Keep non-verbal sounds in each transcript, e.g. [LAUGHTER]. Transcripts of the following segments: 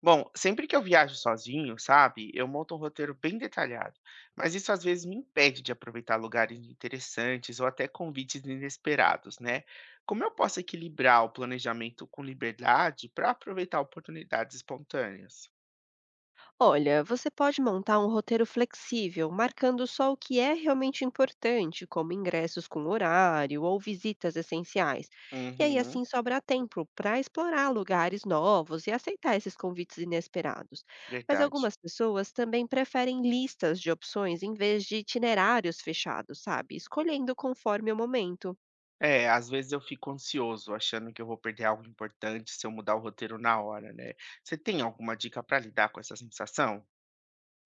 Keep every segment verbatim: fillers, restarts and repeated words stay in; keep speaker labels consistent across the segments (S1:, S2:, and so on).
S1: Bom, sempre que eu viajo sozinho, sabe, eu monto um roteiro bem detalhado, mas isso às vezes me impede de aproveitar lugares interessantes ou até convites inesperados, né? Como eu posso equilibrar o planejamento com liberdade para aproveitar oportunidades espontâneas?
S2: Olha, você pode montar um roteiro flexível, marcando só o que é realmente importante, como ingressos com horário ou visitas essenciais. E aí
S1: Uhum,
S2: assim sobra tempo para explorar lugares novos e aceitar esses convites inesperados. Mas
S1: verdade.
S2: algumas pessoas também preferem listas de opções em vez de itinerários fechados, sabe? Escolhendo conforme o momento.
S1: É, às vezes eu fico ansioso, achando que eu vou perder algo importante se eu mudar o roteiro na hora, né? Você tem alguma dica para lidar com essa sensação?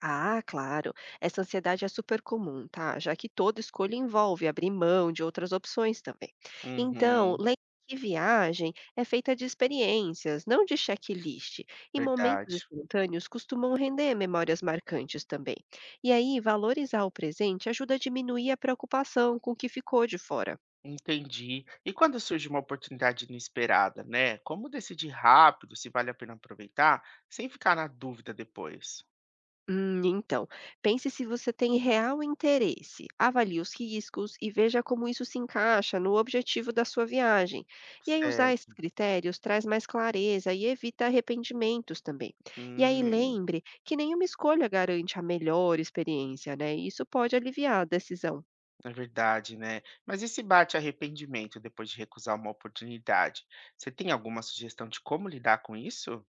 S2: Ah, claro. Essa ansiedade é super comum, tá? Já que toda escolha envolve abrir mão de outras opções também. Então,
S1: Uhum,
S2: lembre que viagem é feita de experiências, não de checklist, e momentos
S1: verdade.
S2: espontâneos costumam render memórias marcantes também. E aí, valorizar o presente ajuda a diminuir a preocupação com o que ficou de fora.
S1: Entendi. E quando surge uma oportunidade inesperada, né? Como decidir rápido se vale a pena aproveitar, sem ficar na dúvida depois?
S2: Hum, então, pense se você tem real interesse, avalie os riscos e veja como isso se encaixa no objetivo da sua viagem. E aí, usar esses
S1: Certo.
S2: critérios traz mais clareza e evita arrependimentos também. E aí,
S1: Hum,
S2: lembre que nenhuma escolha garante a melhor experiência, né? Isso pode aliviar a decisão.
S1: é verdade, né? Mas e se bate arrependimento depois de recusar uma oportunidade? Você tem alguma sugestão de como lidar com isso?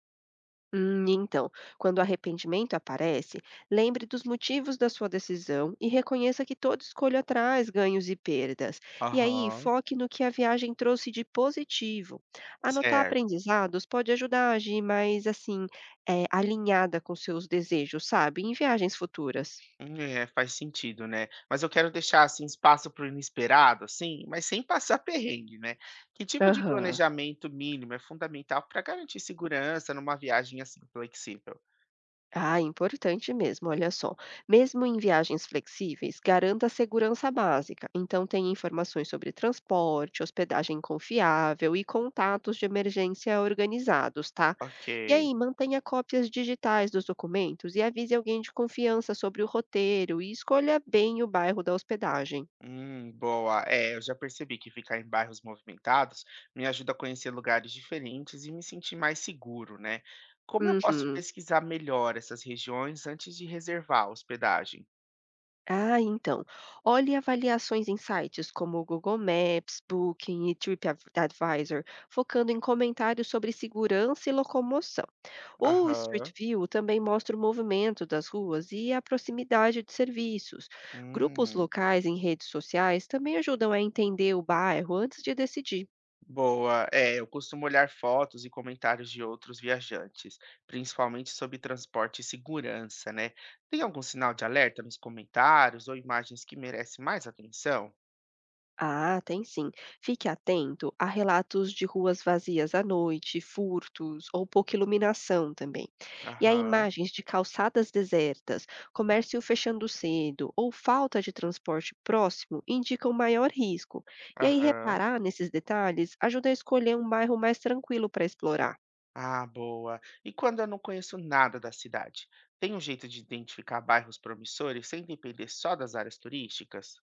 S2: Hum, então, quando o arrependimento aparece, lembre dos motivos da sua decisão e reconheça que toda escolha traz ganhos e perdas. E aí,
S1: Aham,
S2: foque no que a viagem trouxe de positivo. Anotar
S1: certo.
S2: aprendizados pode ajudar a agir mais assim, eh, alinhada com seus desejos, sabe? Em viagens futuras.
S1: Hum, é, faz sentido, né. Mas eu quero deixar, assim, espaço para o inesperado, assim, mas sem passar [LAUGHS] perrengue, né. Que tipo de
S2: Aham.
S1: planejamento mínimo é fundamental para garantir segurança numa viagem, assim, flexível?
S2: Ah, importante mesmo, olha só. Mesmo em viagens flexíveis, garanta a segurança básica. Então, tem informações sobre transporte, hospedagem confiável e contatos de emergência organizados, tá?
S1: Ok.
S2: E aí, mantenha cópias digitais dos documentos e avise alguém de confiança sobre o roteiro e escolha bem o bairro da hospedagem.
S1: Hum, boa. É, eu já percebi que ficar em bairros movimentados me ajuda a conhecer lugares diferentes e me sentir mais seguro, né. Como eu posso
S2: Uhum.
S1: pesquisar melhor essas regiões antes de reservar a hospedagem?
S2: Ah, então. Olhe avaliações em sites como o Google Maps, Booking e TripAdvisor, focando em comentários sobre segurança e locomoção. O Street
S1: Aham.
S2: View também mostra o movimento das ruas e a proximidade de serviços. Grupos
S1: Hum.
S2: locais em redes sociais também ajudam a entender o bairro antes de decidir.
S1: Boa. É, eu costumo olhar fotos e comentários de outros viajantes, principalmente sobre transporte e segurança, né? Tem algum sinal de alerta nos comentários ou imagens que merecem mais atenção?
S2: Ah, tem sim. Fique atento a relatos de ruas vazias à noite, furtos ou pouca iluminação também. E a
S1: Aham,
S2: imagens de calçadas desertas, comércio fechando cedo ou falta de transporte próximo indicam maior risco. E aí
S1: aham.
S2: reparar nesses detalhes ajuda a escolher um bairro mais tranquilo para explorar.
S1: Ah, boa. E quando eu não conheço nada da cidade? Tem um jeito de identificar bairros promissores sem depender só das áreas turísticas?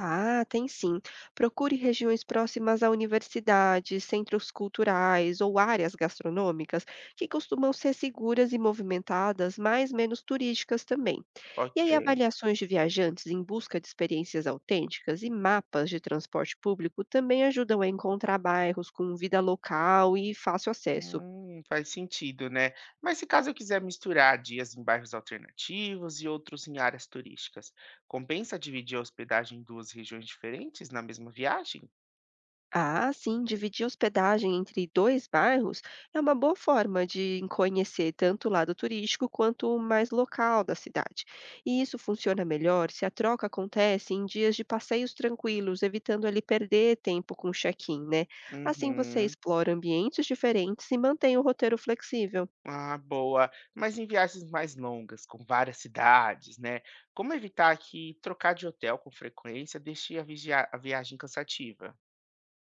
S2: Ah, tem sim. Procure regiões próximas a universidades, centros culturais ou áreas gastronômicas que costumam ser seguras e movimentadas, mas menos turísticas também. E
S1: Ok.
S2: aí, avaliações de viajantes em busca de experiências autênticas e mapas de transporte público também ajudam a encontrar bairros com vida local e fácil acesso.
S1: Hum, faz sentido, né? Mas se caso eu quiser misturar dias em bairros alternativos e outros em áreas turísticas, compensa dividir a hospedagem em duas regiões diferentes na mesma viagem?
S2: Ah, sim, dividir hospedagem entre dois bairros é uma boa forma de conhecer tanto o lado turístico quanto o mais local da cidade. E isso funciona melhor se a troca acontece em dias de passeios tranquilos, evitando ali perder tempo com o check-in, né? Assim você
S1: Uhum.
S2: explora ambientes diferentes e mantém o roteiro flexível.
S1: Ah, boa. Mas em viagens mais longas, com várias cidades, né? Como evitar que trocar de hotel com frequência deixe a, vigia- a viagem cansativa?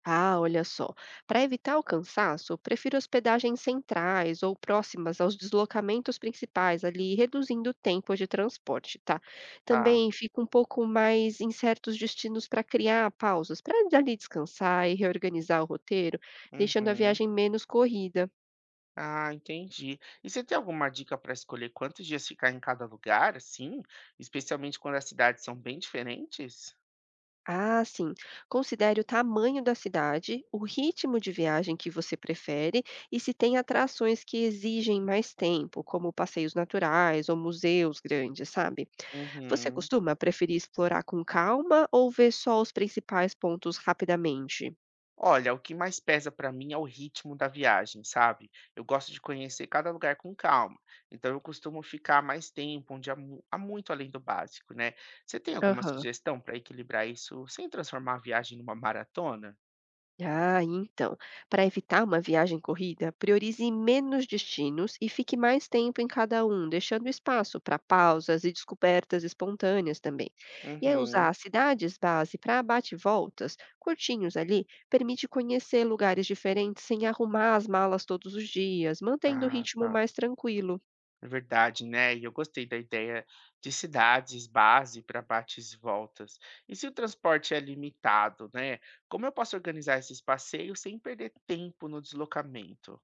S2: Ah, olha só. Para evitar o cansaço, prefiro hospedagens centrais ou próximas aos deslocamentos principais, ali reduzindo o tempo de transporte, tá?
S1: Tá.
S2: Também fico um pouco mais em certos destinos para criar pausas, para ali descansar e reorganizar o roteiro, deixando a
S1: Uhum.
S2: viagem menos corrida.
S1: Ah, entendi. E você tem alguma dica para escolher quantos dias ficar em cada lugar, assim? Especialmente quando as cidades são bem diferentes?
S2: Ah, sim. Considere o tamanho da cidade, o ritmo de viagem que você prefere e se tem atrações que exigem mais tempo, como passeios naturais ou museus grandes, sabe? Você
S1: Uhum.
S2: costuma preferir explorar com calma ou ver só os principais pontos rapidamente?
S1: Olha, o que mais pesa para mim é o ritmo da viagem, sabe? Eu gosto de conhecer cada lugar com calma. Então eu costumo ficar mais tempo, onde há, mu- há muito além do básico, né? Você tem alguma
S2: Aham.
S1: sugestão para equilibrar isso sem transformar a viagem numa maratona?
S2: Ah, então, para evitar uma viagem corrida, priorize menos destinos e fique mais tempo em cada um, deixando espaço para pausas e descobertas espontâneas também. E aí usar
S1: Uhum.
S2: as cidades base para bate-voltas, curtinhos ali, permite conhecer lugares diferentes sem arrumar as malas todos os dias, mantendo o
S1: Ah,
S2: ritmo
S1: tá.
S2: mais tranquilo.
S1: É verdade, né? E eu gostei da ideia de cidades base para bates e voltas. E se o transporte é limitado, né? Como eu posso organizar esses passeios sem perder tempo no deslocamento?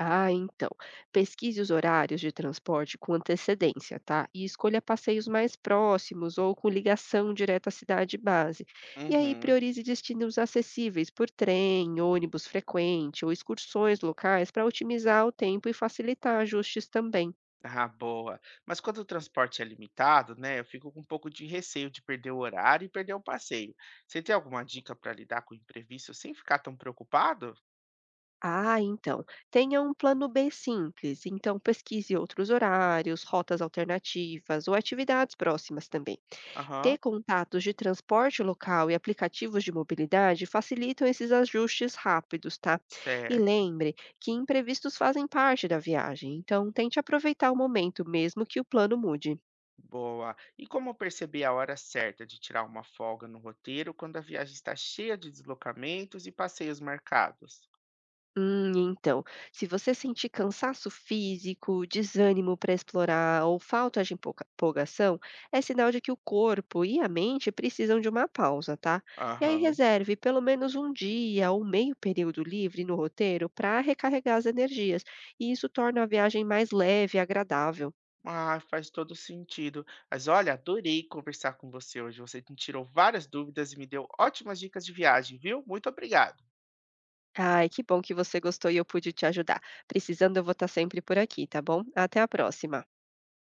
S2: Ah, então. Pesquise os horários de transporte com antecedência, tá? E escolha passeios mais próximos ou com ligação direta à cidade base. E aí
S1: Uhum.
S2: priorize destinos acessíveis por trem, ônibus frequente ou excursões locais para otimizar o tempo e facilitar ajustes também.
S1: Ah, boa. Mas quando o transporte é limitado, né? Eu fico com um pouco de receio de perder o horário e perder o passeio. Você tem alguma dica para lidar com o imprevisto sem ficar tão preocupado?
S2: Ah, então. Tenha um plano B simples. Então pesquise outros horários, rotas alternativas ou atividades próximas também.
S1: Aham,
S2: Ter contatos de transporte local e aplicativos de mobilidade facilitam esses ajustes rápidos, tá? E
S1: certo.
S2: lembre que imprevistos fazem parte da viagem, então tente aproveitar o momento, mesmo que o plano mude.
S1: Boa. E como perceber a hora certa de tirar uma folga no roteiro quando a viagem está cheia de deslocamentos e passeios marcados?
S2: Hum, então, se você sentir cansaço físico, desânimo para explorar ou falta de empolga- empolgação, é sinal de que o corpo e a mente precisam de uma pausa, tá? E aí
S1: Aham.
S2: reserve pelo menos um dia ou meio período livre no roteiro para recarregar as energias, e isso torna a viagem mais leve e agradável.
S1: Ah, faz todo sentido. Mas olha, adorei conversar com você hoje. Você me tirou várias dúvidas e me deu ótimas dicas de viagem, viu? Muito obrigado.
S2: Ai, que bom que você gostou e eu pude te ajudar. Precisando, eu vou estar sempre por aqui, tá bom? Até a próxima.